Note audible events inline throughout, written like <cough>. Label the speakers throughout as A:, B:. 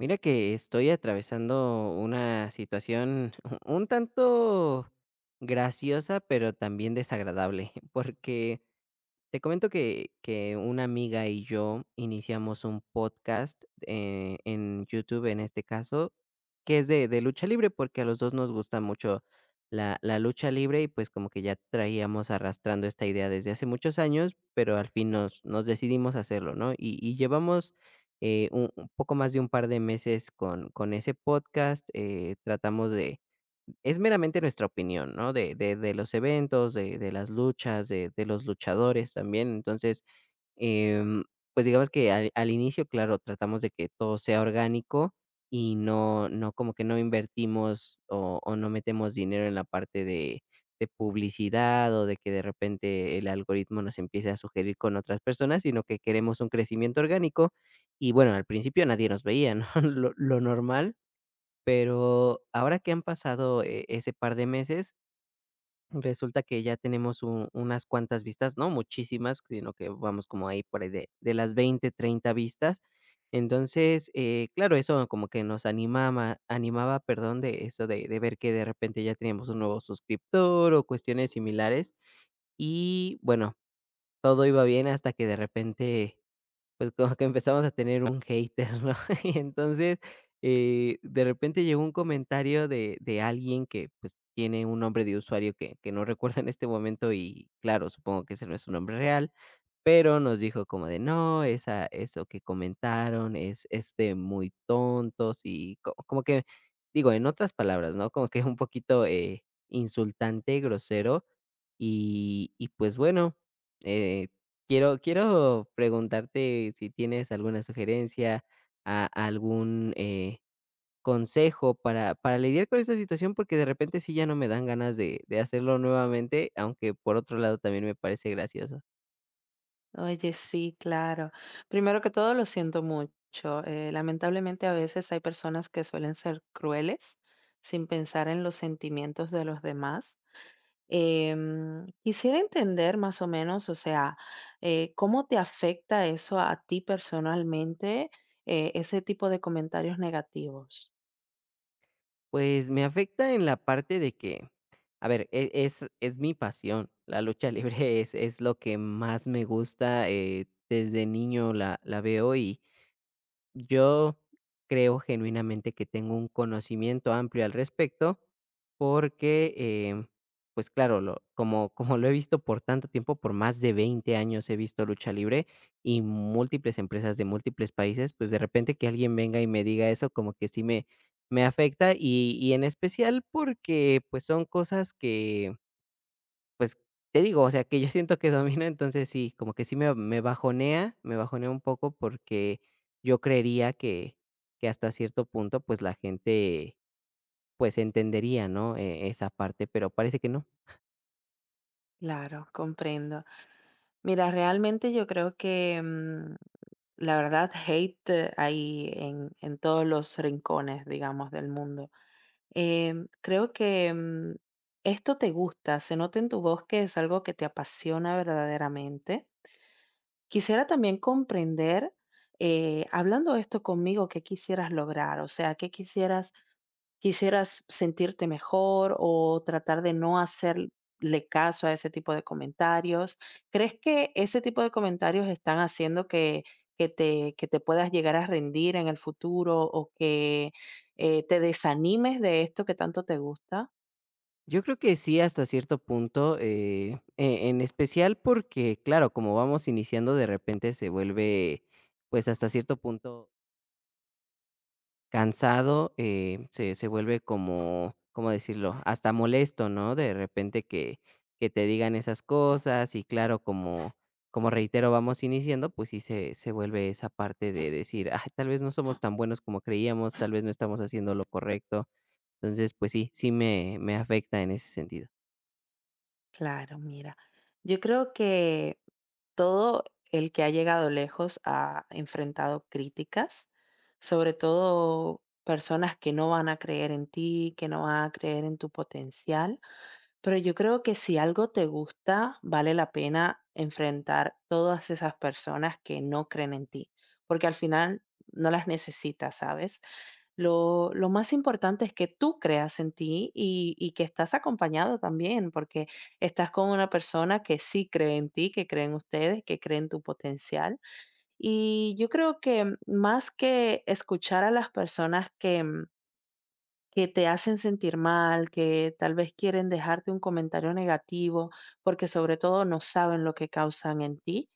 A: Mira que estoy atravesando una situación <laughs> un tanto graciosa, pero también desagradable, <laughs> porque te comento que una amiga y yo iniciamos un podcast en YouTube, en este caso, que es de lucha libre, porque a los dos nos gusta mucho la lucha libre y pues como que ya traíamos arrastrando esta idea desde hace muchos años, pero al fin nos decidimos hacerlo, ¿no? Y llevamos un poco más de un par de meses con ese podcast. Tratamos de, es meramente nuestra opinión, ¿no? De los eventos, de las luchas, de los luchadores también. Entonces, em, pues, digamos que al inicio, claro, tratamos de que todo sea orgánico y no como que no invertimos o no metemos dinero en la parte de publicidad o de que de repente el algoritmo nos empiece a sugerir con otras personas, sino que queremos un crecimiento orgánico. Y bueno, al principio nadie nos veía, ¿no? <laughs> Lo normal, pero ahora que han pasado, ese par de meses, resulta que ya tenemos u unas cuantas vistas, no muchísimas, sino que vamos como ahí por ahí de las 20-30 vistas. Entonces, claro, eso como que nos animaba, perdón, de esto de ver que de repente ya teníamos un nuevo suscriptor o cuestiones similares. Y bueno, todo iba bien hasta que de repente, pues, como que empezamos a tener un hater, ¿no? <laughs> Y entonces, de repente llegó un comentario de alguien pues, tiene un nombre de usuario que no recuerdo en este momento y, claro, supongo que ese no es su nombre real, pero nos dijo como de: "No, esa eso que comentaron es de muy tontos", y co como que, digo, en otras palabras, ¿no? Como que un poquito, insultante, grosero, y pues bueno, eh, quiero preguntarte si tienes alguna sugerencia, a algún, consejo para lidiar con esta situación, porque de repente sí ya no me dan ganas de hacerlo nuevamente, aunque por otro lado también me parece gracioso.
B: Oye, sí, claro. Primero que todo, lo siento mucho. Lamentablemente, a veces hay personas que suelen ser crueles sin pensar en los sentimientos de los demás. Quisiera entender más o menos, o sea, cómo te afecta eso a ti personalmente, ese tipo de comentarios negativos.
A: Pues me afecta en la parte de que, a ver, es mi pasión, la lucha libre <laughs> es lo que más me gusta, desde niño la veo y yo creo genuinamente que tengo un conocimiento amplio al respecto porque, em, pues claro, lo, como, como lo he visto por tanto tiempo, por más de 20 años he visto lucha libre y múltiples empresas de múltiples países, pues de repente que alguien venga y me diga eso como que sí me afecta y en especial porque pues son cosas que pues, te digo, o sea, que yo siento que domino, entonces sí, como que sí me me bajonea un poco porque yo creería que hasta cierto punto, pues, la gente, pues, entendería, ¿no?, esa parte, pero parece que no.
B: Claro, comprendo. Mira, realmente yo creo que, la verdad, hate, hay en todos los rincones, digamos, del mundo. Creo que esto te gusta, se nota en tu voz que es algo que te apasiona verdaderamente. Quisiera también comprender, hablando esto conmigo, qué quisieras lograr, o sea, qué quisieras sentirte mejor o tratar de no hacerle caso a ese tipo de comentarios. ¿Crees que ese tipo de comentarios están haciendo que, que te puedas llegar a rendir en el futuro o que te desanimes de esto que tanto te gusta?
A: Yo creo que sí, hasta cierto punto, en especial porque, claro, como vamos iniciando, de repente se vuelve, pues, hasta cierto punto cansado, se vuelve como, ¿cómo decirlo? Hasta molesto, ¿no? De repente que te digan esas cosas y claro, como como reitero, vamos iniciando, pues sí se vuelve esa parte de decir: "Ay, tal vez no somos tan buenos como creíamos, tal vez no estamos haciendo lo correcto". Entonces, pues sí, sí me me afecta en ese sentido.
B: Claro, mira, yo creo que todo el que ha llegado lejos ha enfrentado críticas, sobre todo personas que no van a creer en ti, que no van a creer en tu potencial, pero yo creo que si algo te gusta, vale la pena enfrentar todas esas personas que no creen en ti, porque al final no las necesitas, ¿sabes? Lo más importante es que tú creas en ti y que estás acompañado también, porque estás con una persona que sí cree en ti, que cree en ustedes, que cree en tu potencial. Y yo creo que más que escuchar a las personas que, que te hacen sentir mal, que tal vez quieren dejarte un comentario negativo, porque sobre todo no saben lo que causan en ti,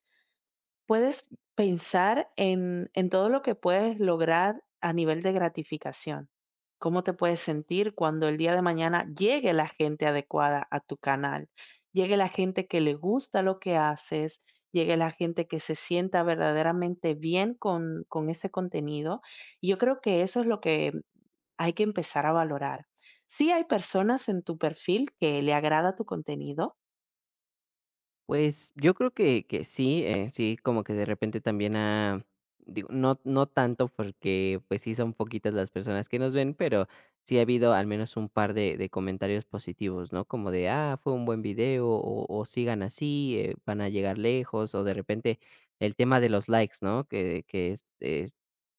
B: puedes pensar en todo lo que puedes lograr a nivel de gratificación. ¿Cómo te puedes sentir cuando el día de mañana llegue la gente adecuada a tu canal? Llegue la gente que le gusta lo que haces, llegue la gente que se sienta verdaderamente bien con ese contenido. Y yo creo que eso es lo que hay que empezar a valorar. Sí hay personas en tu perfil que le agrada tu contenido.
A: Pues, yo creo que sí, sí, como que de repente también ha, digo, no tanto porque, pues, sí son poquitas las personas que nos ven, pero sí ha habido al menos un par de comentarios positivos, ¿no? Como de: "Ah, fue un buen video", o "Sigan así, van a llegar lejos", o de repente el tema de los likes, ¿no? Que es,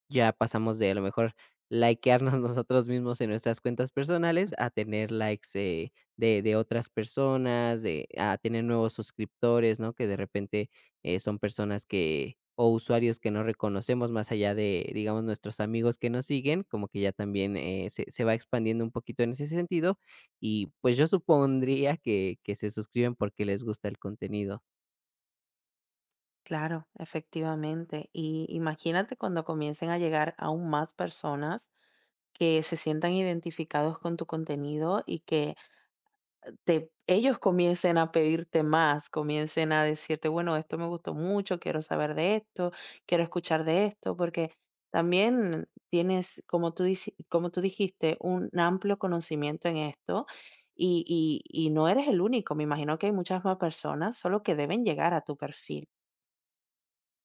A: ya pasamos de a lo mejor likearnos <laughs> nosotros mismos en nuestras cuentas personales a tener likes, de otras personas, de a tener nuevos suscriptores, ¿no? Que de repente, son personas que o usuarios que no reconocemos más allá de, digamos, nuestros amigos que nos siguen, como que ya también, se va expandiendo un poquito en ese sentido y, pues, yo supondría que se suscriben porque les gusta el contenido.
B: Claro, efectivamente. Y imagínate cuando comiencen a llegar aún más personas que se sientan identificados con tu contenido y que ellos comiencen a pedirte más, comiencen a decirte, bueno, esto me gustó mucho, quiero saber de esto, quiero escuchar de esto, porque también tienes, como tú, como tú dijiste, un amplio conocimiento en esto y, y no eres el único. Me imagino que hay muchas más personas, solo que deben llegar a tu perfil.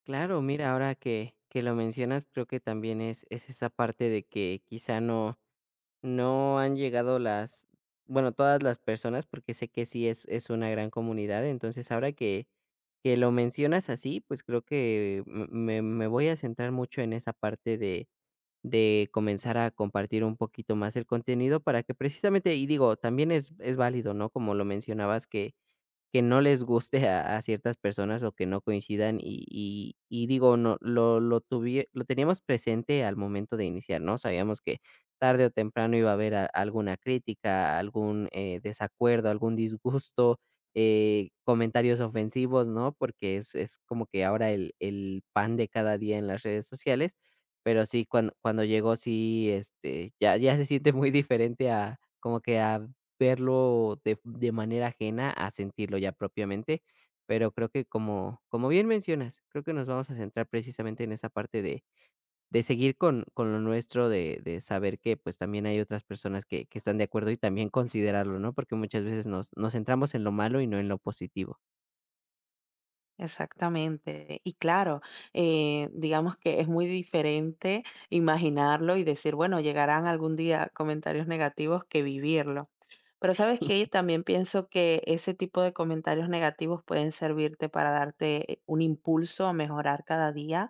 A: Claro, mira, ahora que lo mencionas, creo que también es esa parte de que quizá no, no han llegado las, bueno, todas las personas, porque sé que sí es una gran comunidad. Entonces, ahora que lo mencionas así, pues creo que me, me voy a centrar mucho en esa parte de comenzar a compartir un poquito más el contenido para que precisamente, y digo, también es válido, ¿no? Como lo mencionabas, que no les guste a ciertas personas o que no coincidan y digo, no, lo tuvie lo teníamos presente al momento de iniciar, ¿no? Sabíamos que tarde o temprano iba a haber a alguna crítica, algún, desacuerdo, algún disgusto, comentarios ofensivos, ¿no? Porque es como que ahora el pan de cada día en las redes sociales, pero sí, cuando cuando llegó, sí, este, ya ya se siente muy diferente a como que a verlo de manera ajena a sentirlo ya propiamente, pero creo que como como bien mencionas, creo que nos vamos a centrar precisamente en esa parte de seguir con lo nuestro, de saber que, pues, también hay otras personas que están de acuerdo y también considerarlo, ¿no? Porque muchas veces nos nos centramos en lo malo y no en lo positivo.
B: Exactamente. Y claro, digamos que es muy diferente imaginarlo y decir, bueno, llegarán algún día comentarios negativos que vivirlo. Pero sabes que también pienso que ese tipo de comentarios negativos pueden servirte para darte un impulso a mejorar cada día,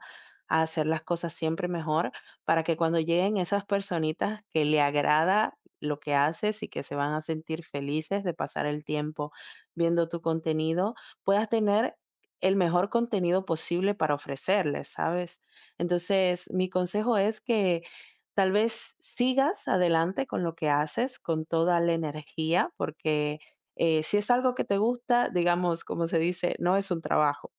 B: a hacer las cosas siempre mejor, para que cuando lleguen esas personitas que le agrada lo que haces y que se van a sentir felices de pasar el tiempo viendo tu contenido, puedas tener el mejor contenido posible para ofrecerles, ¿sabes? Entonces, mi consejo es que tal vez sigas adelante con lo que haces, con toda la energía, porque si es algo que te gusta, digamos, como se dice, no es un trabajo.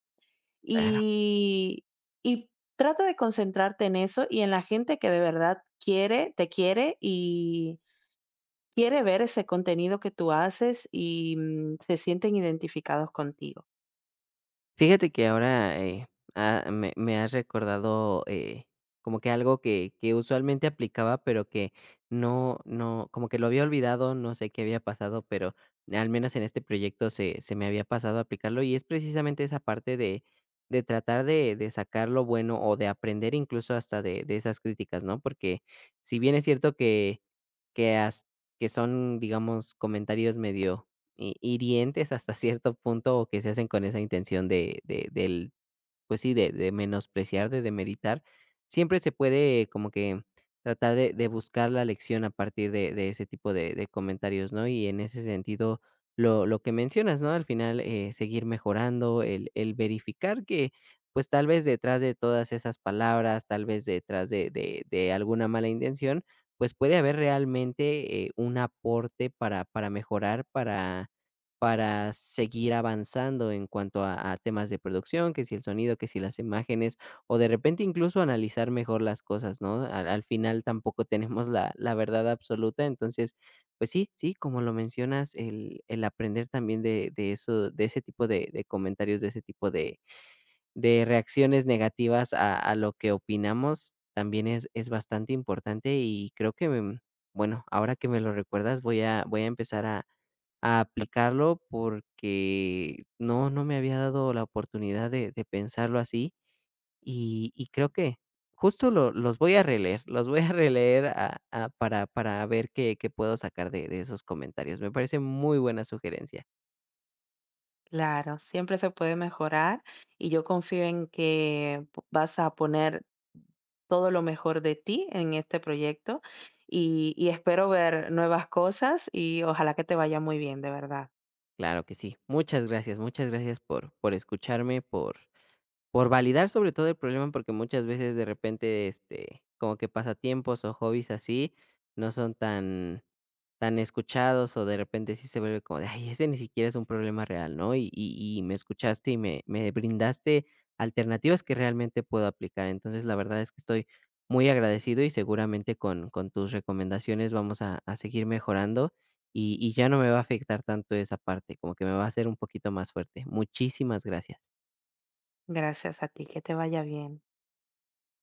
A: Claro.
B: Y, y trata de concentrarte en eso y en la gente que de verdad quiere, te quiere y quiere ver ese contenido que tú haces y se sienten identificados contigo.
A: Fíjate que ahora, me me has recordado, como que algo que usualmente aplicaba, pero que no como que lo había olvidado, no sé qué había pasado, pero al menos en este proyecto se me había pasado a aplicarlo, y es precisamente esa parte de tratar de sacar lo bueno o de aprender incluso hasta de esas críticas, ¿no? Porque si bien es cierto que has que son, digamos, comentarios medio hi hirientes hasta cierto punto, o que se hacen con esa intención de pues sí, de menospreciar, de demeritar, siempre se puede como que tratar de buscar la lección a partir de ese tipo de comentarios, ¿no? Y en ese sentido, lo que mencionas, ¿no? Al final, seguir mejorando, el verificar que, pues, tal vez detrás de todas esas palabras, tal vez detrás de alguna mala intención, pues, puede haber realmente, un aporte para mejorar, para seguir avanzando en cuanto a temas de producción, que si el sonido, que si las imágenes, o de repente incluso analizar mejor las cosas, ¿no? Al final tampoco tenemos la verdad absoluta, entonces, pues sí, sí, como lo mencionas, el aprender también de eso de ese tipo de comentarios, de ese tipo de reacciones negativas a lo que opinamos, también es bastante importante y creo que, bueno, ahora que me lo recuerdas voy a empezar a aplicarlo porque no, no me había dado la oportunidad de pensarlo así y creo que justo los voy a releer, los voy a releer para ver qué, qué puedo sacar de esos comentarios. Me parece muy buena sugerencia.
B: Claro, siempre se puede mejorar y yo confío en que vas a poner todo lo mejor de ti en este proyecto y espero ver nuevas cosas y ojalá que te vaya muy bien, de verdad.
A: Claro que sí. Muchas gracias por escucharme, por validar sobre todo el problema, porque muchas veces de repente, este, como que pasatiempos o hobbies así no son tan tan escuchados, o de repente sí se vuelve como de: "Ay, ese ni siquiera es un problema real", ¿no? Y me escuchaste y me me brindaste alternativas que realmente puedo aplicar. Entonces, la verdad es que estoy muy agradecido y seguramente con tus recomendaciones vamos a seguir mejorando, y ya no me va a afectar tanto esa parte, como que me va a hacer un poquito más fuerte. Muchísimas gracias.
B: Gracias a ti, que te vaya bien.